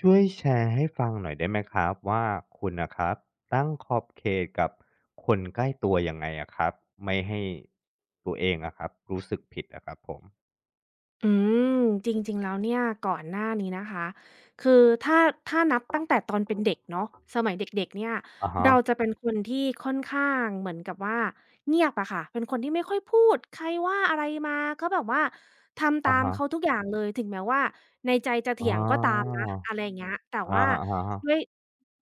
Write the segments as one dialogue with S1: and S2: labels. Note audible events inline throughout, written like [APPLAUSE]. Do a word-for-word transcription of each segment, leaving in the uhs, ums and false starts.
S1: ช่วยแชร์ให้ฟังหน่อยได้ไหมครับว่าคุณนะครับตั้งขอบเขตกับคนใกล้ตัวยังไงอะครับไม่ให้ตัวเองอะครับรู้สึกผิดอะครับผม
S2: อืมจริงๆแล้วเนี่ยก่อนหน้านี้นะคะคือถ้าถ้านับตั้งแต่ตอนเป็นเด็กเนาะสมัยเด็กๆเนี่ย
S1: อะฮะ
S2: เราจะเป็นคนที่ค่อนข้างเหมือนกับว่าเงียบอะค่ะเป็นคนที่ไม่ค่อยพูดใครว่าอะไรมาก็แบบว่าทำตา
S1: อะ
S2: มเขา
S1: ฮะ
S2: ทุกอย่างเลยถึงแม้ว่าในใจจะ
S1: อ๋
S2: เถี
S1: อ
S2: ยงก็ตามนะอะไรอย่างเงี้ยแต่
S1: อะ
S2: ว่า
S1: ฮะอะฮะ
S2: ด้วย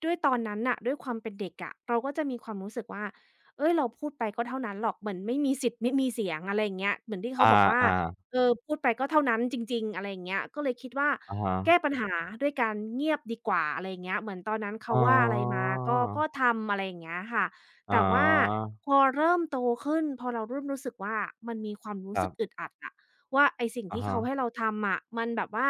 S2: ด้วยตอนนั้นน่ะด้วยความเป็นเด็กอะเราก็จะมีความรู้สึกว่าเฮ้ยเราพูดไปก็เท่านั้นหรอกเหมือนไม่มีสิทธิ์ไม่มีเสียงอะไรอย่างเงี้ยเหมือนที่
S1: อ
S2: เขาบอกว่า
S1: าๆ
S2: เออพูดไปก็เท่านั้นจริงๆอะไรอย่างเงี้ยก็เลยคิดว่า
S1: อะฮะ
S2: แก้ปัญหาด้วยการเงียบดีกว่าอะไรอย่างเงี้ยเหมือนตอนนั้น
S1: อ๋
S2: เขาว่าอะไรมา
S1: อ
S2: ก็ก็ทำอะไรอย่างเงี้ยค่ะ
S1: อ๋อ
S2: แต่ว่าพอเริ่มโตขึ้นพอเราเริ่มรู้สึกว่ามันมีความ
S1: ค
S2: รู้
S1: รั
S2: สึกอึ
S1: บ
S2: ดอัดอะว่าไอ้สิ่ง
S1: อะ
S2: ที่
S1: ฮะ
S2: เขาให้เราทำอะมันแบบว่า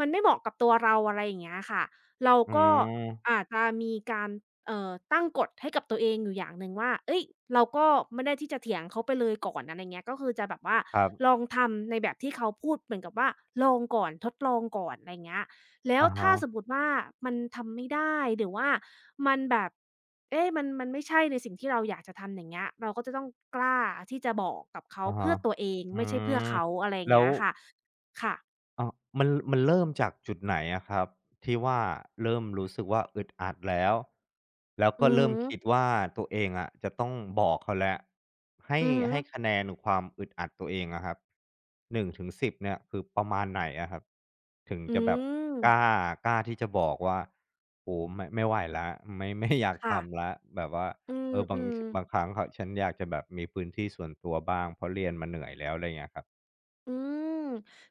S2: มันไม่เหมาะกับตัวเราอะไรอย่างเงี้ยค่ะเรา
S1: อื
S2: ก็
S1: ม
S2: อาจจะมีการ เอ่อตั้งกฎให้กับตัวเองอยู่อย่างหนึ่งว่าเฮ้ย เราก็ไม่ได้ที่จะเถียงเขาไปเลยก่อนอะไรเงี้ยก็คือจะแบบว่า
S1: ครั
S2: ล
S1: บ
S2: องทำในแบบที่เขาพูดเหมือนกับว่าลองก่อนทดลองก่อนอะไรเงี้ยแล้ว
S1: อะ
S2: ถ้าสม
S1: ฮะ
S2: มุติว่ามันทำไม่ได้หรือว่ามันแบบเอ๊ะมันมันไม่ใช่ในสิ่งที่เราอยากจะทำอย่างเงี้ยเราก็จะต้องกล้าที่จะบอกกับเขา
S1: อะ
S2: เพื่
S1: ฮะ
S2: อตัวเอง
S1: อื
S2: ไม่ใช่เพื่อ
S1: ม
S2: เขาอะไรอย่าง
S1: แล้ว
S2: เงี้ยค่ะค่ะ
S1: เออมันมันเริ่มจากจุดไหนอะครับที่ว่าเริ่มรู้สึกว่าอึดอัดแล้วแล้ว
S2: อื
S1: ก็
S2: อ
S1: เริ่ม
S2: ฮึ
S1: คิดว่าตัวเองอะจะต้องบอกเขาแล้วให้
S2: อือฮึ
S1: ให้คะแนนความอึดอัดตัวเองอะครับหนึ่งถึงสิบเนี่ยคือประมาณไหนอะครับถึง
S2: อื
S1: จะแบบ
S2: ม
S1: กล้ากล้าที่จะบอกว่าโอ้ไม่ไม่ไหวละไม่ไม่ [LAUGHS] อยาก
S2: ค่ะ
S1: ทำละแบบว่า
S2: อื
S1: เออบาง
S2: ม
S1: บางค
S2: ๆ
S1: รั้งเขาฉันอยากจะแบบมีพื้นที่ส่วนตัวบ้างเพราะเรียนมาเหนื่อยแล้วอะไรเงี้ยครับ
S2: อืม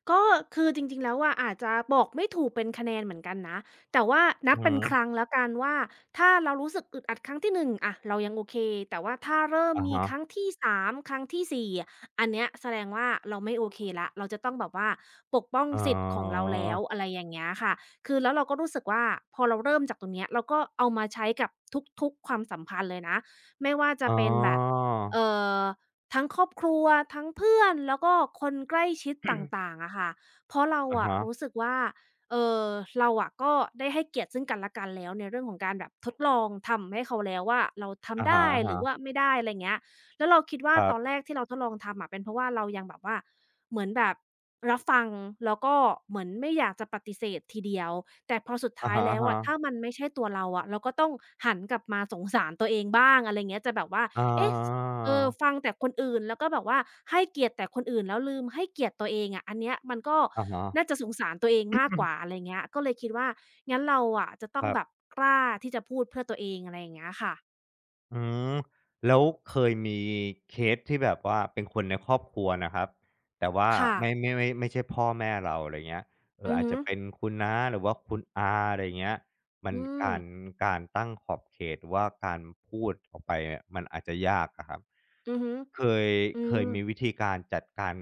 S2: ก็คือจริงๆแล้วอะอาจจะบอกไม่ถูกเป็นคะแนนเหมือนกันนะแต่ว่านั
S1: อื
S2: บเป็นครั้ง
S1: ม
S2: แล้วกันว่าถ้าเรารู้สึกอึดอัดครั้งที่หนึ่งอะเรายังโอเคแต่ว่าถ้าเริ่ม
S1: อ่ะ
S2: มี
S1: ฮะ
S2: ครั้งที่สามครั้งที่สี่อะอันเนี้ยแสดงว่าเราไม่โอเคแล้วเราจะต้องแบบว่าปกป้อง
S1: อ๋อ
S2: สิทธิ์ของเราแล้วอะไรอย่างเงี้ยค่ะคือแล้วเราก็รู้สึกว่าพอเราเริ่มจากตรงเนี้ยเราก็เอามาใช้กับทุกๆความสัมพันธ์เลยนะไม่ว่าจะ
S1: อ๋อ
S2: เป็นแบบเอ่อ ทั้งครอบครัวทั้งเพื่อนแล้วก็คนใกล้ชิดต่างๆอะค่ะเพราะเรา
S1: อะ
S2: อะ
S1: ฮะ
S2: รู้สึกว่าเอ่อเราอะก็ได้ให้เกียรติซึ่งกันและกันแล้วในเรื่องของการแบบทดลองทำให้เขาแล้วว่าเรา
S1: อะ
S2: ทำ
S1: ฮ
S2: ได้ห
S1: ะ
S2: รือว่า
S1: ๆ
S2: ไม่ได้อะไรเงี้ยแล้วเราคิดว่า
S1: ครั
S2: ตอนแร
S1: บ
S2: กที่เราทดลองทำอะเป็นเพราะว่าเรายังแบบว่าเหมือนแบบรับฟังแล้วก็เหมือนไม่อยากจะปฏิเสธทีเดียวแต่พอสุด
S1: อะ
S2: ท้าย
S1: ฮะ
S2: แล้วอะถ้ามันไม่ใช่ตัวเราอะเราก็ต้องหันกลับมาสงสารตัวเองบ้างอะไรเงี้ยจะแบบว่า
S1: ๆอ๋
S2: เอ๊ะ
S1: อ
S2: เออฟังแต่คนอื่นแล้วก็แบบว่าให้เกียรติแต่คนอื่นแล้วลืมให้เกียรติตัวเองอะอันเนี้ยมันก็
S1: อะฮะ
S2: น่าจะสงสารตัวเองมากกว่าอะไรเงี้ยก็เลยคิดว่างั้นเราอะจะต้
S1: ค
S2: อง
S1: รั
S2: แบบ
S1: บ
S2: กล้าที่จะพูดเพื่อตัวเองอะไรอย่างเงี้ยค่ะ
S1: อืมแล้วเคยมีเคสที่แบบว่าเป็นคนในครอบครัวนะครับแต่ว่า
S2: ค่ะ
S1: ไม่ไม่ไม่ไม่ใช่พ่อแม่เราอะไรเงี้ยเอ่อ
S2: อือ
S1: อาจ
S2: ฮึ
S1: จะเป็นคุณน้าหรือว่าคุณอาอะไรเงี้ยมัน
S2: อืม
S1: การการตั้งขอบเขตหรือว่าการพูดออกไปเนี่ยมันอาจจะยากอะครับ
S2: อือฮึ
S1: เคย
S2: อื
S1: เคย
S2: ม
S1: มีวิธีการจัดการ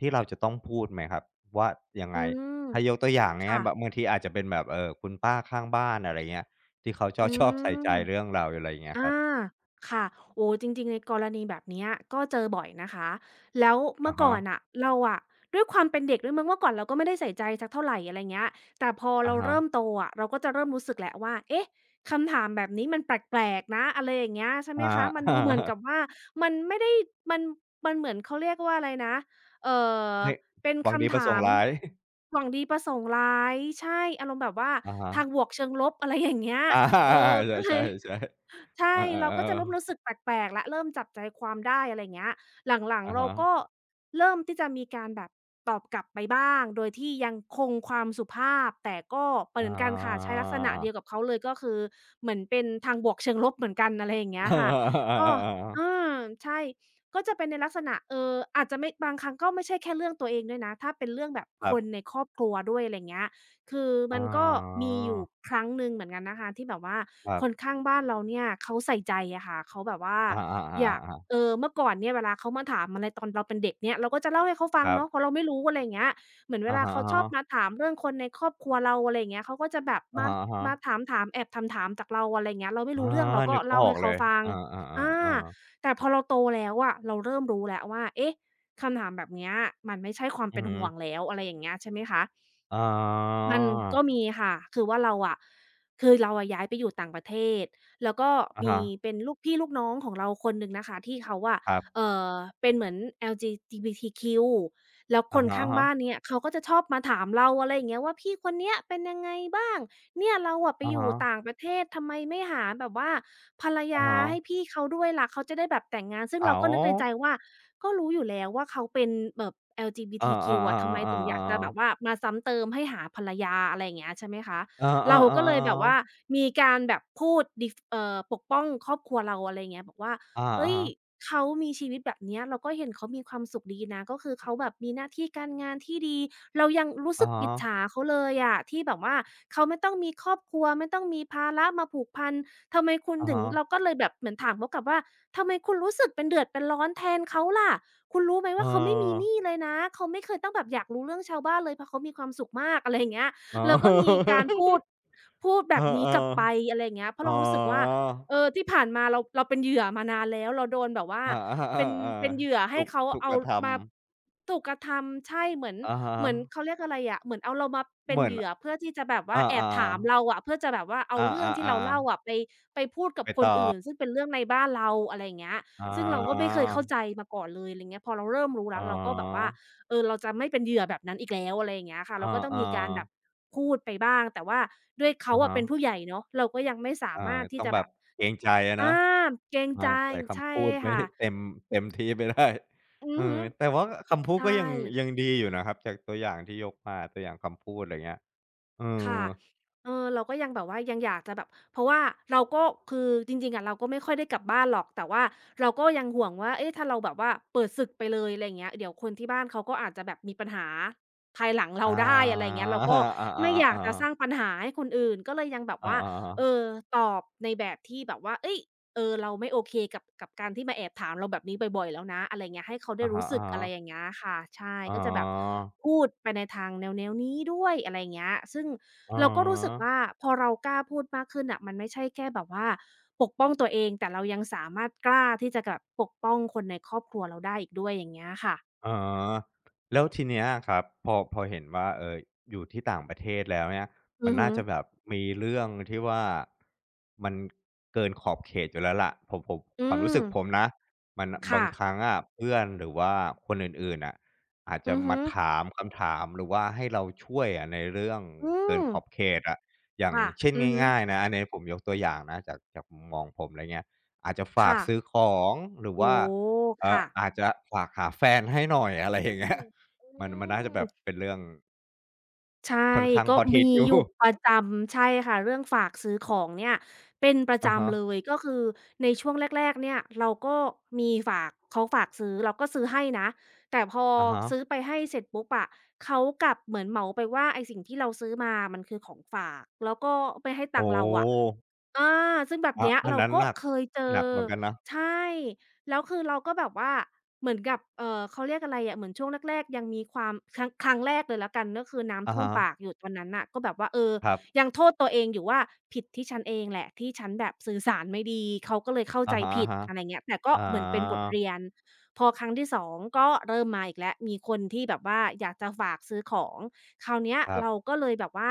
S1: ที่เราจะต้องพูดไหมครับว่ายังไง
S2: อืม
S1: ถ้ายกตัวอย่างง่า
S2: ค่ะ
S1: ยๆแบบบางทีอาจจะเป็นแบบเอ่อคุณป้าข้างบ้านอะไรเงี้ยที่เขาชอ
S2: อื
S1: บ [LAUGHS] ชอบใส่ใจ
S2: ม
S1: เรื่องเราอะไรอย่างเงี้ย
S2: อา
S1: ครับ
S2: ค่ะโอ้จริงๆในกรณีแบบเนี้ยก็เจอบ่อยนะคะแล้ว
S1: อะ
S2: เมื่อก่
S1: ฮะ
S2: อนน่ะเราอะด้วยความเป็นเด็กด้วยมั้งเมื่อก่อนเราก็ไม่ได้ใส่ใจสักเท่าไรอะไรเงี้ยแต่พอ
S1: อะ
S2: เรา
S1: ฮะ
S2: เริ่มโตอะเราก็จะเริ่มรู้สึกแหละว่าเอ๊ะคำถามแบบนี้มันแปลกๆนะอะไรอย่างเงี้ยใช่
S1: อ
S2: ไหมคะมันดูเห
S1: า
S2: มือนกับว่ามันไม่ได้มันมันเหมือนเขาเรียกว่าอะไรนะเอ่อ
S1: [LAUGHS] ไม่
S2: เป็น
S1: หวังดี
S2: คำถ
S1: ประส
S2: า
S1: งค์
S2: ม
S1: ร้าย [LAUGHS]
S2: หวังดีประสงค์ร้ายใช่อารมณ์แบบว่า
S1: อะฮะ
S2: ทางบวกเชิงลบอะไรอย่างเงี้ย
S1: อา
S2: เออ
S1: [LAUGHS]
S2: ก็เล
S1: ใช
S2: ย
S1: ่ๆๆ
S2: ใช่
S1: อา
S2: เราก็จะเริ่ม
S1: ๆๆ
S2: รู้สึกแปลกๆแล้วเริ่มจับใจความได้อะไร่เงี้ยหลัง
S1: อะ
S2: ๆเรา
S1: ฮะ
S2: ก็เริ่มที่จะมีการแบบตอบกลับไปบ้างโดยที่ยังคงความสุภาพแต่ก็
S1: อ
S2: เหมือนกันค่ะใช้ลักษณะเดี
S1: า
S2: ยวกับเขาเลยก็คือเหมือนเป็นทางบวกเชิงลบเหมือนกันอะไรอย่างเงี้ย
S1: [LAUGHS] เ
S2: ค่ะ
S1: ออ
S2: ก็
S1: ๆๆๆ
S2: อา
S1: ๆ
S2: ใช่ก็จะเป็นในลักษณะเอออาจจะไม่บางครั้งก็ไม่ใช่แค่เรื่องตัวเองด้วยนะถ้าเป็นเรื่องแบบ
S1: ค
S2: ค
S1: รั
S2: นใน
S1: บ
S2: ครอบครัวด้วยอะไรเงี้ย คือ
S1: อ๋อ
S2: มันก็มีอยู่ครั้งหนึ่งเหมือนกันนะคะที่แบบว่า
S1: ครั
S2: คน
S1: บ
S2: ข้างบ้านเราเนี่ยเขาใส่ใจอะค่ะเขาแบบว่า
S1: อา
S2: อยาก
S1: ๆๆ
S2: เอ
S1: ๆๆ
S2: อเมื่อก่อนเนี่ยเวลาเขามาถามอะไรตอนเราเป็นเด็กเนี่ยเราก็จะเล่าให้เขาฟั
S1: ค
S2: ง
S1: รั
S2: เนาะเพ
S1: บ
S2: ราะเราไม่รู้อะไรอย่างเงี้ยเหมือนเว
S1: อะ
S2: ลา
S1: ฮะ
S2: เขาชอบมาถามเรื่องคนในครอบครัวเราอะไรอย่างเงี้ยเขาก็จะแบบ
S1: ๆอะ
S2: มา
S1: ฮะ
S2: มาถามๆแอบถามๆจากเราอะไรอย่างเงี้ยเราไม่
S1: ๆ
S2: รู้
S1: อา
S2: เรื่องเราก็
S1: นึกอ
S2: เล่า
S1: อก
S2: ให้
S1: เล
S2: เขา
S1: ย
S2: ฟัง
S1: อา
S2: อา
S1: ๆๆๆ
S2: แต่พอเราโตแล้วอะเราเริ่มรู้แล้วว่าเอ๊ะคำถามแบบเนี้ยมันไม่ใช่ความ
S1: อือ
S2: เป็น
S1: ฮึ
S2: ห่วงแล้วอะไรอย่างเงี้ยใช่ไหมคะ
S1: อ๋อ
S2: มันก็มีค่ะ คือว่าเราอะคือเราอะย้ายไปอยู่ต่างประเทศ แล้วก็
S1: อะ
S2: มี
S1: ฮะ
S2: เป็นลูกพี่ลูกน้องของเราคนหนึ่งนะคะที่เขาอะ
S1: ครับ
S2: เอ่อเป็นเหมือน แอล จี บี ที คิว แล้วค
S1: อะ
S2: นข้าง
S1: ฮะ
S2: บ้าน
S1: ๆ
S2: เนี่ยเขาก็จะชอบมาถามเราอะไรอย่างเงี้ยว่าพี่คนเนี้ยเป็นยังไงบ้าง เนี่ยเราอะไป
S1: อะ
S2: อยู่
S1: ฮะๆ
S2: ต่างประเทศทำไมไม่หาแบบว่าภรร
S1: อา
S2: ยา
S1: ว
S2: ให้พี่เขาด้วยล่ะเขาจะได้แบบแต่งงานซึ่งเราก็นึกในใจ
S1: อ
S2: ว่าก็รู้อยู่แล้วว่าเขาเป็นแบบ
S1: อ๋อ
S2: แอล จี บี ที คิว อะทำไม
S1: อา
S2: ถึงอยากจะแบ
S1: ๆ
S2: บ
S1: ๆ
S2: ว่า
S1: ๆๆ
S2: มาซ้ำเติมให้หาภรรยาอะไรอย่างเงี้ยใช่ไหมคะ
S1: เอ
S2: เรา
S1: อๆ
S2: ก็เลยแบบว่า
S1: ๆๆๆ
S2: มีการแบบพูดดิฟเอ่อปกป้องครอบครัวเราอะไรอย่างเงี้ยบอกว่า
S1: อา
S2: เอ้ย
S1: อ
S2: เขามีชีวิตแบบเนี้ยเราก็เห็นเขามีความสุขดีนะก็คือเขาแบบมีหน้าที่การงานที่ดีเรายังรู้
S1: อะ
S2: สึก
S1: ฮะ
S2: อิจฉาเขาเลยอะที่แบบว่าเขาไม่ต้องมีครอบครัวไม่ต้องมีภาระมาผูกพันทำไมคุณ
S1: อะ
S2: ถึงเรา
S1: ฮะ
S2: ก็เลยแบบเหมือนถามเขากลับว่าทำไมคุณรู้สึกเป็นเดือดเป็นร้อนแทนเขาล่ะคุณรู้ไหม
S1: เออ
S2: ว่าเขาไม่มีหนี้เลยนะเขาไม่เคยต้องแบบอยากรู้เรื่องชาวบ้านเลยเพราะเขามีความสุขมากอะไรอย่างเงี้ย
S1: อ๋อ
S2: เราก็มีการพูดพูด
S1: เอ
S2: แบ
S1: อ
S2: บนี้กลับไปอะไรอย่างเงี้ยเพ
S1: ๆ
S2: ราะ
S1: อ๋อ
S2: เรารู้สึกว่า เออที่ผ่านมาเราเราเป็นเหยื่อมานานแล้วเราโดนแบบว่า
S1: าอ
S2: เป็น
S1: า
S2: เป็นเห
S1: ๆๆ
S2: ยื่อ
S1: ๆ
S2: ให้
S1: ถูก
S2: เขา
S1: ถูกก
S2: เอา
S1: ระทำ
S2: มาถูกกระทำใช่เหมือน
S1: อะฮะ
S2: เหมือนเขาเรียกอะไรอะเหมือนเอาเรามาเป็
S1: เห
S2: น
S1: มือน
S2: เหยื่อเพื่อที่จะแบบว่าแอบ
S1: อา
S2: ถา
S1: ๆ
S2: มเราอะเพื่อจะแบบว่าเอา
S1: อา
S2: เรื่องที่เราเล่า
S1: ๆๆ
S2: อะไปไปพูดกั
S1: ไป
S2: บคน
S1: ต่
S2: อื่น
S1: อ
S2: ซึ่งเป็นเรื่องในบ้านเราอะไรอย่างเงี้ย
S1: อ๋อ
S2: ซึ่งเราก็ไม่เคยเข้าใจมาก่อนเลยอะไรเงี้ยพอเราเริ่มรู้
S1: อ๋อ
S2: แล้วเราก็แบบว่าเออเราจะไม่เป็นเหยื่อแบบนั้นอีกแล้วอะไรอย่างเงี้ยค่ะ
S1: อ
S2: เราก็ต้อง
S1: า
S2: มีการแบ
S1: ๆ
S2: บพูดไปบ้างแต่ว่าด้วยเขา
S1: อะ
S2: อะ
S1: ฮะ
S2: เป็นผู้ใหญ่เนาะเราก็ยังไม่สามา
S1: อา
S2: รถที่
S1: ต้อง
S2: จะ
S1: แบ
S2: แบ
S1: บ
S2: บ
S1: เกรงใจอะเนาะ
S2: อาเกรง
S1: มา
S2: ใจ
S1: ใส่คำ
S2: ใช่
S1: พูดไม่
S2: ค่ะ
S1: เต็มเต็มที่ไปได้
S2: อื
S1: เอ
S2: อฮึ
S1: อแต่ว่าคำพู
S2: ใช
S1: ดก็
S2: ่
S1: ยังยังดีอยู่นะครับจากตัวอย่างที่ยกมาตัวอย่างคำพูดอะไรเงี้ยเออ
S2: ค่ะเออเราก็ยังแบบว่ายังอยากจะแบบเพราะว่าเราก็คือจริงๆอะเราก็ไม่ค่อยได้กลับบ้านหรอกแต่ว่าเราก็ยังห่วงว่าเอ๊ะถ้าเราแบบว่าเปิดศึกไปเลยอะไรอย่างเงี้ยเดี๋ยวคนที่บ้านเขาก็อาจจะแบบมีปัญหาภายหลังเรา
S1: อ
S2: ได้อะไรอ
S1: า
S2: ย่างเงี้ยเรา
S1: อ
S2: ก็ไม่อยาก
S1: า
S2: จะส
S1: ๆๆๆ
S2: ร้างปัญหาให้คนอื่นก็เลยยังแบบ
S1: อา
S2: ว่าเอ
S1: ๆๆ
S2: อตอบในแบบที่แบบว่าเฮ้ย เออเราไม่โอเคกับกับการที่มาแอบถามเราแบบนี้บ่อยๆแล้วนะอะไรเงี้ยให้เขาได้
S1: อะฮะ
S2: รู้สึกอะไรอย่าง
S1: ๆ
S2: เงี้ยค่ะใช่
S1: อ๋อ
S2: ก็จะแบบพูดไปในทางแนวๆนี้ด้วยอะไรเงี้ยซึ่ง
S1: อ๋อ
S2: เราก็รู้สึกว่าพอเรากล้าพูดมากขึ้นน่ะมันไม่ใช่แค่แบบว่าปกป้องตัวเองแต่เรายังสามารถกล้าที่จะแบบปกป้องคนในครอบครัวเราได้อีกด้วยอย่างเงี้ยค่ะ
S1: อ๋อแล้วทีเนี้ยครับพอพอเห็นว่าเอ่ออยู่ที่ต่างประเทศแล้วเนี่ยมั
S2: อื
S1: น
S2: อ
S1: น่า
S2: ฮึ
S1: จะแบบมีเรื่องที่ว่ามันเกินขอบเขตอยู่แล้วล่ะผมผม
S2: อื
S1: ความรู้
S2: ม
S1: สึกผมนะมันบา
S2: ค่ะ
S1: งครั้งอะเพื่อนหรือว่าคนอื่นๆน่ะอาจจะ
S2: อือ
S1: มา
S2: ฮึ
S1: ถามคำถามหรือว่าให้เราช่วยอะในเรื่อง
S2: อื
S1: เกิน
S2: ม
S1: ขอบเขตอะอย่าง
S2: ค่ะ
S1: เช่น
S2: อือฮึ
S1: ง่ายๆนะอันนี้ผมยกตัวอย่างนะจากจากมุมมองผมอะไรเงี้ยอาจจะฝาก
S2: ค่ะ
S1: ซื้อของหรือว่า
S2: โอ้โฮ
S1: เอ่อ
S2: ค่ะ
S1: อาจจะฝากหาแฟนให้หน่อย [LAUGHS] อะไร
S2: อื
S1: อย่างเงี้
S2: ม
S1: ย
S2: อื
S1: มันมันน่าจะ
S2: ม
S1: แบบเป็นเรื่อง
S2: ใช่
S1: ค่อนข้าง
S2: ก็
S1: ฮอตฮิต
S2: มี
S1: อยู่
S2: อ
S1: [LAUGHS]
S2: ยู่ประจำใช่ค่ะเรื่องฝากซื้อของเนี่ยเป็นประ
S1: อะฮะ
S2: จำเลยก็คือในช่วงแรกๆเนี่ยเราก็มีฝากเขาฝากซื้อเราก็ซื้อให้นะแต่พอ
S1: อะฮะ
S2: ซื้อไปให้เสร็จปุ๊บอะเขากลับเหมือนเหมาไปว่าไอ้สิ่งที่เราซื้อมามันคือของฝากแล้วก็ไม่ให้ตัง
S1: โอ้
S2: ค์
S1: โ
S2: เราอะ
S1: ฮ
S2: อาซึ่งแบบ
S1: อา
S2: เนี้ย
S1: อัน
S2: เรา
S1: นั้น
S2: ก็
S1: หนัก
S2: เคยเจ
S1: ห
S2: อ
S1: นักเหมือนกันนะ
S2: ใช่แล้วคือเราก็แบบว่าเหมือนกับเอ่อเขาเรียกอะไรอะเหมือนช่วงแรกๆยังมีความครั้งครั้งแรกเลยแล้วกันก็คือน้ำ
S1: อะ
S2: ท่วม
S1: ฮะ
S2: ปากอยู่ตอนนั้นน่ะก็แบบว่าเออ
S1: ครั
S2: ยั
S1: บ
S2: งโทษตัวเองอยู่ว่าผิดที่ฉันเองแหละที่ฉันแบบสื่อสารไม่ดีเขาก็เลยเข้า
S1: อะ
S2: ใจ
S1: ฮะ
S2: ผิดอะไรเงี้ยแต่
S1: ๆ
S2: ก็
S1: อ
S2: เหมือนเป็นบท
S1: า
S2: เรียนพอครั้งที่สองก็เริ่มมาอีกแล้วมีคนที่แบบว่าอยากจะฝากซื้อของคราวเนี้ย
S1: ครับ
S2: เราก็เลยแบบว่า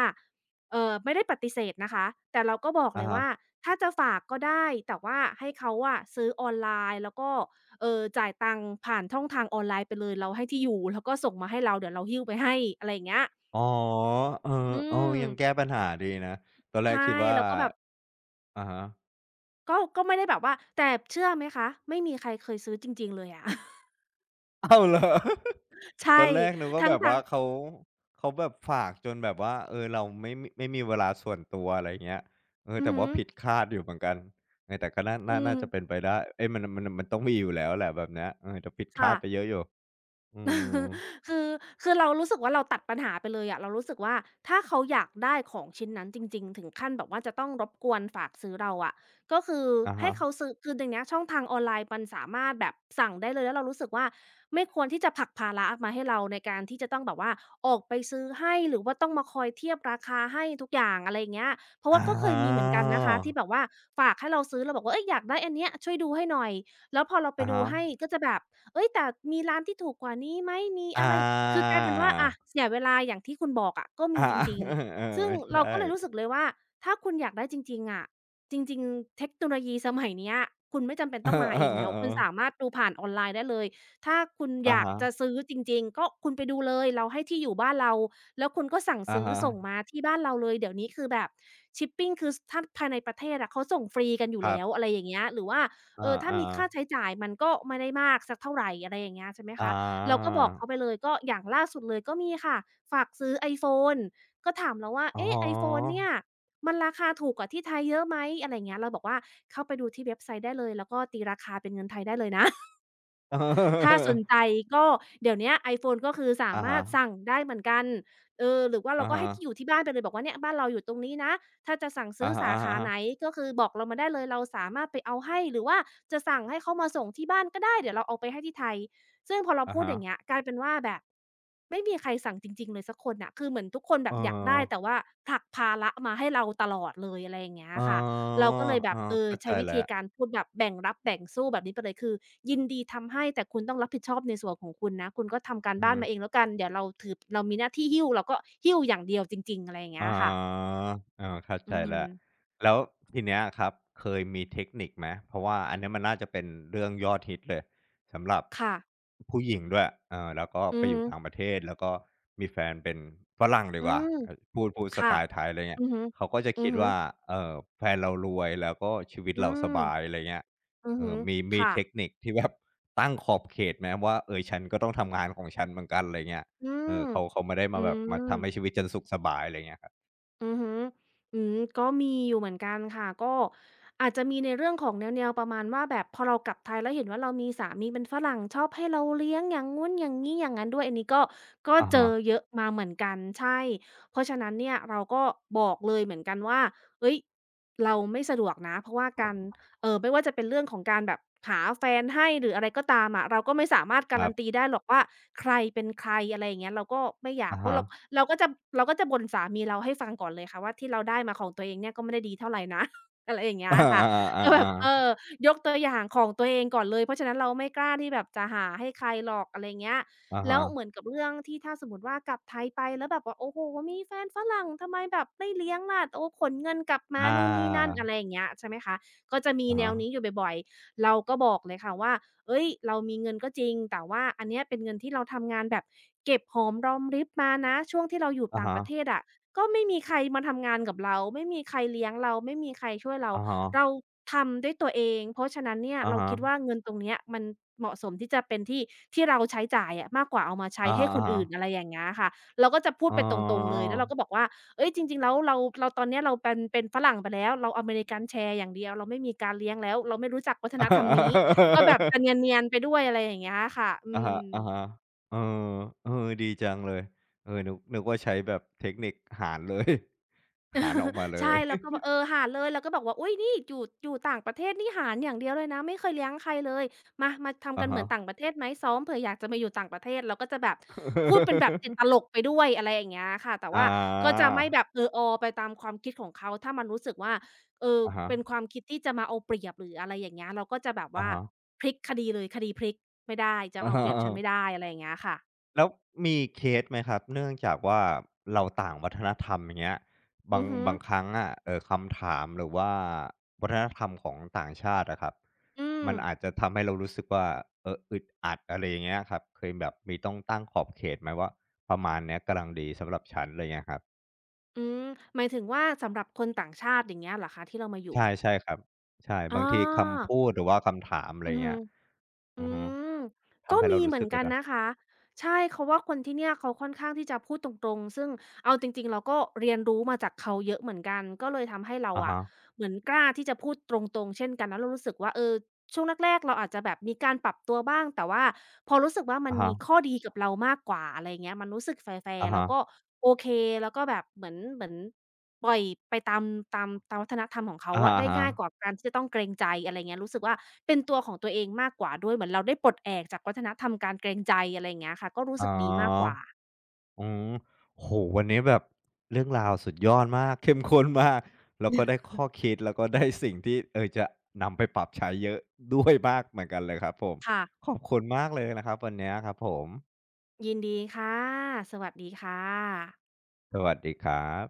S2: เอ่อไม่ได้ปฏิเสธนะคะ แต่เราก็บอก
S1: อะ
S2: เลย
S1: ฮะ
S2: ว่าถ้าจะฝากก็ได้ แต่ว่าให้เขาอะซื้อออนไลน์แล้วก็เอ่อจ่ายตังค์ผ่านช่องทางออนไลน์ไปเลย เราให้ที่อยู่แล้วก็ส่งมาให้เราเดี๋ยวเราหิ้วไปให้อะไรอย่างเงี้ย
S1: อ๋อเออ
S2: อื
S1: เออ
S2: ม
S1: ยังแก้ปัญหาดีนะตอนแรก
S2: ใช่
S1: คิดว่า
S2: แล้วก็แบบ
S1: อะฮะ
S2: ก็ก็ไม่ได้แบบว่าแต่เชื่อไหมคะไม่มีใครเคยซื้อจริงๆเลยอะ [LAUGHS]
S1: อ้าวเหรอ [LAUGHS]
S2: ใช่
S1: ตอนแรกนึกว่า
S2: ทั
S1: แบบ
S2: ้
S1: ว่า
S2: งๆ
S1: เขาเขาแบบฝากจนแบบว่าเออเราไม่มไม่มีเวลาส่วนตัวอะไรเงี้ยเออ
S2: อือ
S1: แต่
S2: ฮึ
S1: ว่าผิดคาดอยู่เหมือนกันเออแต่ก็น่าน่า
S2: อื
S1: น่า
S2: ม
S1: จะเป็นไปได้เอ้ยมันมันมันต้องมีอยู่แล้วแหละแบบเนี้ยเออแต่ผิดคา
S2: ค่ะ
S1: ดไปเยอะอยู่อืม
S2: [LAUGHS] คือคือเรารู้สึกว่าเราตัดปัญหาไปเลยอะเรารู้สึกว่าถ้าเขาอยากได้ของชิ้นนั้นจริงๆถึงขั้นแบบว่าจะต้องรบกวนฝากซื้อเราอะก็คือ
S1: อะ
S2: ให้
S1: ฮะ
S2: เขาซื้อคือเดีเนี้ยช่องทางออนไลน์มันสามารถแบบสั่งได้เลยแล้วเรารู้สึกว่าไม่ควรที่จะผลักภาระมาให้เราในการที่จะต้องแบบว่าออกไปซื้อให้หรือว่าต้องมาคอยเทียบราคาให้ทุกอย่างอะไรอย่างเงี้ยเพราะ
S1: อา
S2: ว่าก็เคยมีเหมือนกันนะคะที่แบบว่าฝากให้เราซื้อเราบอกว่าเอ้ยอยากได้อันเนี้ยช่วยดูให้หน่อยแล้วพอเราไป
S1: อะ
S2: ดู
S1: ฮะ
S2: ให้ก็จะแบบ เอ้ยแต่มีร้านที่ถูกกว่านี้ไหมมีอะ
S1: อา
S2: ไรคือกลายเป็นว่าอะเสียเวลาอย่างที่คุณบอกอะก็
S1: อา
S2: มีจริ
S1: [LAUGHS]
S2: ง
S1: เออ
S2: ๆซึ่ง
S1: ใช่
S2: เราก็เลยรู้สึกเลยว่าถ้าคุณอยากได้จริงๆอะจริงๆเทคโนโลยีสมัยเนี้ยคุณไม่จำเป็
S1: [LAUGHS]
S2: น
S1: เอ
S2: ต้อ
S1: อ
S2: งมาเองแล้วคุณ
S1: ๆๆ
S2: สา
S1: ๆ
S2: มารถดูผ่านออนไลน์ได้เลยถ้า
S1: ออ
S2: คุณ
S1: เอออ่า
S2: อยาก
S1: ฮะ
S2: จะซื้อจริงๆก็คุณไปดูเลยเราให้ที่อยู่บ้านเราแล้วคุณก็สั่ง
S1: อ่า
S2: ซื้อส่ง
S1: ฮะ
S2: มาที่บ้านเราเลยเดี๋ยวนี้คือแบบชิปปิงคือสถ้าภายในประเทศอะเขาส่งฟรีกันอยู่
S1: ครั
S2: แล้ว
S1: บ
S2: อะไรอย่างเงี้ยหรือว่า
S1: อา
S2: เออถ้า
S1: อ่า
S2: มี
S1: อ
S2: ค่าใช้จ่ายมันก็ไม่ได้มากสักเท่าไรอะไรอย่างเงี้ยใช่ไหมคะเราก็
S1: า
S2: บอกเขาไปเลยก็อย่างล่าสุดเลยก็มีค่ะฝากซื้อ iPhone ก็ถามเราว่า
S1: อ๋อ
S2: เอ๊ะ ไอโฟน เนี่ยมันราคาถูกกว่าที่ไทยเยอะไหมอะไรอย่างเงี้ยเราบอกว่าเข้าไปดูที่เว็บไซต์ได้เลยแล้วก็ตีราคาเป็นเงินไทยได้เลยนะ ถ้าสนใจ
S1: [LAUGHS]
S2: ก็เดี๋ยวเนี้ย ไอโฟน ก็คือสา
S1: เอออะ
S2: มา
S1: ฮะ
S2: รถสั่งได้เหมือนกันเออหรือว่าเรา
S1: อะ
S2: ก็
S1: ฮะ
S2: ให้ที่อยู่ที่บ้านไปเลยบอกว่าเนี่ยบ้านเราอยู่ตรงนี้นะถ้าจะสั่ง
S1: อะ
S2: ซื้อ
S1: ฮ
S2: สาขา
S1: ะ
S2: ไหน
S1: ๆๆ
S2: ก็คือบอกเรามาได้เลยเราสามารถไปเอาให้หรือว่าจะสั่งให้เขามาส่งที่บ้านก็ได้เดี๋ยวเราเอาไปให้ที่ไทยซึ่งพอเรา
S1: อะ
S2: พูด
S1: ฮะ
S2: อย่างเงี้ยกลายเป็นว่าแบบไม่มีใครสั่งจริงๆเลยสักคนน่ะคือเหมือนทุกคนแบ
S1: เออ
S2: บอยากได้แต่ว่าผลักภาระมาให้เราตลอดเลยอะไรอย่างเงี้ย
S1: อ๋อ
S2: ค่ะ เราก็เลยแบ
S1: เออ
S2: บเออ
S1: เข้าใจ
S2: ใช้วิ
S1: แล้
S2: ธี
S1: ว
S2: การพูดแบบแบ่งรับแบ่งสู้แบบนี้ไปเลยคือยินดีทำให้แต่คุณต้องรับผิดชอบในส่วนของคุณนะคุณก็ทำการ
S1: อือ
S2: บ้า
S1: ฮึ
S2: นมาเองแล้วกันเดี๋ยวเราถือเรามีหน้าที่หิ้วเราก็หิ้วอย่างเดียวจริงๆอะไรอย่าง
S1: อ๋
S2: เงี้
S1: อ
S2: ยค่ะ
S1: เออเข้า
S2: อื
S1: ใจ
S2: ม
S1: แล้วแล้วทีเนี้ยครับเคยมีเทคนิคไหมเพราะว่าอันเนี้ยมันน่าจะเป็นเรื่องยอดฮิตเลยสำหรับ
S2: ค่ะ
S1: ผู้หญิงด้วยเออแล้วก็
S2: อื
S1: ไป
S2: อ
S1: อ
S2: ฮึ
S1: ยู่ต่างประเทศแล้วก็มีแฟนเป็นฝรั่งดี
S2: อื
S1: กว่า
S2: ม
S1: เออพูดพูดส
S2: ค่ะ
S1: ไตล์ไทยอะไรเงี้
S2: อื
S1: ย
S2: อฮึ
S1: เขาก็จะ
S2: อือ
S1: คิด
S2: ฮึ
S1: ว่าเอ่อแฟนเรารวยแล้วก็ชีวิต
S2: อื
S1: เราส
S2: ม
S1: บายอะไรเงี้ย
S2: อือ
S1: เอ
S2: ฮึ
S1: อมีมี
S2: ค่ะ
S1: เทคนิคที่แบบตั้งขอบเขตไหมว่าเออฉันก็ต้องทำงานของฉันเหมือนกันอะไรเงี้ย
S2: อื
S1: เอ
S2: ม
S1: อเขาเขาไม่ได้
S2: อื
S1: มาแบบมาทำให้
S2: ม
S1: ชีวิตฉันสุขสบายอะไรเงี้ยครับ
S2: อือฮึอืมก็มีอยู่เหมือนกันค่ะก็อาจจะมีในเรื่องของแนวๆประมาณว่าแบบพอเรากลับไทยแล้วเห็นว่าเรามีสามีเป็นฝรั่งชอบให้เราเลี้ยงอย่างงู้นอย่างงี้อย่างนั้นด้วยอันนี้ก็ก็
S1: อะ
S2: เจ
S1: ฮะ
S2: อเยอะมาเหมือนกันใช่เพราะฉะนั้นเนี่ยเราก็บอกเลยเหมือนกันว่าเฮ้ยเราไม่สะดวกนะเพราะว่าการ เอ่อไม่ว่าจะเป็นเรื่องของการแบบหาแฟนให้หรืออะไรก็ตามอะเราก็ไม่สามารถ
S1: ค
S2: กา
S1: รั
S2: รันตี
S1: บ
S2: ได้หรอกว่าใครเป็นใครอะไรอย่างเงี้ยเราก็ไม่อยาก
S1: อะ
S2: เพราะ
S1: ฮะ
S2: เราเราก็จะเราก็จะบ่นสามีเราให้ฟังก่อนเลยค่ะว่าที่เราได้มาของตัวเองเนี่ยก็ไม่ได้ดีเท่าไรนะ [LAUGHS] อะไรอย่างเงี้
S1: อ
S2: ยค่ะ
S1: าๆ
S2: ก็แบบเอ
S1: ๆ
S2: อ
S1: ๆๆ
S2: ยกตัวอย่างของตัวเองก่อนเลยเพราะฉะนั้นเราไม่กล้าที่แบบจะหาให้ใครหรอกอะไรอย่างเงี้ย
S1: อะ
S2: แล้วเหมื
S1: ฮะ
S2: อนกับเรื่องที่ถ้าสมมุติว่ากลับไทยไปแล้วแบบว่าโอ้โฮมีแฟนฝรั่งทำไมแบบไม่เลี้ยงล่ะโอ้ขนเงินกลับมา
S1: อ
S2: นู่นนี่นั่น
S1: า
S2: อะไรอย่างเงี้ยใช่ไหมคะ ก็จะมี
S1: อะ
S2: แน
S1: ฮะ
S2: วนี้อยู่บ่อยๆเราก็บอกเลยค่ะว่า เอ้ยเรามีเงินก็จริง แต่ว่าอันเนี้ยเป็นเงินที่เราทำงานแบบเก็บหอมรอมริบมานะช่วงที่เราอยู่
S1: อะ
S2: ต่าง
S1: ฮะ
S2: ประเทศอะก็ไม่มีใครมาทำงานกับเรา ไม่มีใครเลี้ยงเรา ไม่มีใครช่วยเรา
S1: อะฮะ
S2: เราทำด้วยตัวเอง เพราะฉะนั้นเนี่ย
S1: อะ
S2: เราคิดว่า
S1: ฮะ
S2: เงินตรงเนี้ยมันเหมาะสมที่จะเป็นที่ที่เราใช้จ่ายอะมากกว่าเอามาใช้
S1: อะ
S2: ให้
S1: ฮะ
S2: ค
S1: อะ
S2: น
S1: ฮะ
S2: อื่นอะไรอย่างเงี้ยค่ะเราก็จะพูด
S1: อ๋อ
S2: ไปตรงๆเลยแล้วเราก็บอกว่า เอ้ยจริงๆแล้วเราเราตอนเนี้ยเราเป็นเป็นฝรั่งไปแล้วเราอเมริกันแชร์อย่างเดียวเราไม่มีการเลี้ยงแล้วเราไม่รู้จักวัฒนธรรมนี้ก็แบบจะเนียนๆไปด้วยอะไรอย่างเงี้ยค่ะอื
S1: อะฮะ
S2: ม
S1: อะฮะเออเออ [LAUGHS] ดีจังเลยเออนึกนึกว่าใช้แบบเทคนิคหารเลย [LAUGHS] หารออกมาเล
S2: ใช่
S1: ย
S2: แล้าก็บอกเออหาเลยแล้วก็บอกว่าอุ๊ยนี่อยู่อยู่ต่างประเทศนี่หารอย่างเดียวเลยนะไม่เคยเลี้ยงใครเลยมามา
S1: [LAUGHS]
S2: ทำ
S1: อะ
S2: กันเหมื
S1: ฮะ
S2: อนต่างประเทศไหมซ้อมเผื่ออยากจะมาอยู่ต่างประเทศเราก็จะแบบพูดเป็นแบบติดตลกไปด้วยอะไรอย่างเงี้ยค่ะแต่
S1: อา
S2: ว่าก็จะไม่แบบเออออไปตามความคิดของเขาถ้ามันรู้สึกว่าเออ
S1: อะฮะ [LAUGHS]
S2: เป็นความคิดที่จะมาเอาเปรียบหรืออะไรอย่างเงี้ยเราก็จะแบบ
S1: อะ
S2: ว่า
S1: ฮะ
S2: พลิกคดีเลยคดีพลิกไม่ได้จะ
S1: อะ
S2: เอา
S1: ฮะ
S2: เปรียบ
S1: อะ
S2: ฉัน
S1: ฮะ
S2: ไม่
S1: [LAUGHS]
S2: ได้อะไรอย่างเงี้ยค่ะ
S1: แล้วมีเคสไหมครับเนื่องจากว่าเราต่างวัฒนธรรมอย่างเงี้ยบา
S2: อื
S1: ง
S2: อฮึ
S1: บางครั้งอะเออคำถามหรือว่าวัฒนธรรมของต่างชาติอะครับ
S2: อืม
S1: มันอาจจะทำให้เรารู้สึกว่าเอออึดอัดอะไรอย่างเงี้ยครับเคยแบบมีต้องตั้งขอบเขตไหมว่าประมาณเนี้ยกำลังดีสำหรับฉันอะไรเงี้ยครับ
S2: อืมหมายถึงว่าสำหรับคนต่างชาติอย่างเงี้ยเหรอคะที่เรามาอยู่
S1: ใช่ใช่ครับใช่บาง
S2: อา
S1: ที
S2: อ
S1: คำพูดหรือว่าคำถามอะไร
S2: อือ
S1: เงี้
S2: ฮึ
S1: ยอื
S2: อื
S1: อฮึ
S2: มก็
S1: ทำให้เรา
S2: มี
S1: รู้
S2: เหมื
S1: สึ
S2: อน
S1: กอึ
S2: กั
S1: ด
S2: น
S1: อัด
S2: นะคะใช่เขาว่าคนที่เนี่ยเขาค่อนข้างที่จะพูดตรงๆซึ่งเอาจริงๆเราก็เรียนรู้มาจากเขาเยอะเหมือนกันก็เลยทำให้เรา
S1: อา
S2: อะ
S1: ฮะ
S2: เหมือนกล้าที่จะพูดตรงๆเช่นกันแล้วเรารู้สึกว่าเออช่วงแรกๆเราอาจจะแบบมีการปรับตัวบ้างแต่ว่าพอรู้สึกว่ามัน
S1: อาฮะ
S2: มีข้อดีกับเรามากกว่าอะไรอย่างเงี้ยมันรู้สึกแฟร์
S1: อา
S2: ๆเรา
S1: ฮะ
S2: ก็โอเคแล้วก็แบบเหมือนเหมือน ปล่อยไปตามตามตามวัฒนธรรมของเขา
S1: อะฮะ
S2: อะ
S1: อา
S2: ได้
S1: ฮะ
S2: ง่ายกว่าการที่จะต้องเกรงใจอะไรเงี้ยรู้สึกว่าเป็นตัวของตัวเองมากกว่าด้วยเหมือนเราได้ปลดแอกจากวัฒนธรรมการเกรงใจอะไรอย่างเงี้ยค่ะก็รู้
S1: อ๋
S2: สึก
S1: อ
S2: ดีมากกว่า
S1: อืมโอโวันนี้แบบเรื่องราวสุดยอดมาก [LAUGHS] เข้มข้นมาก แล้วก็ได้ข้อคิด แล้วก็ได้สิ่งที่เออจะนำไปปรับใช้เยอะด้วยมากเหมือนกันเลยครับผม
S2: ค่ะ
S1: ขอบคุณมากเลยนะครับวันเนี้ยครับผม
S2: ยินดีค่ะสวัสดีค่ะ
S1: สวัสดีครับ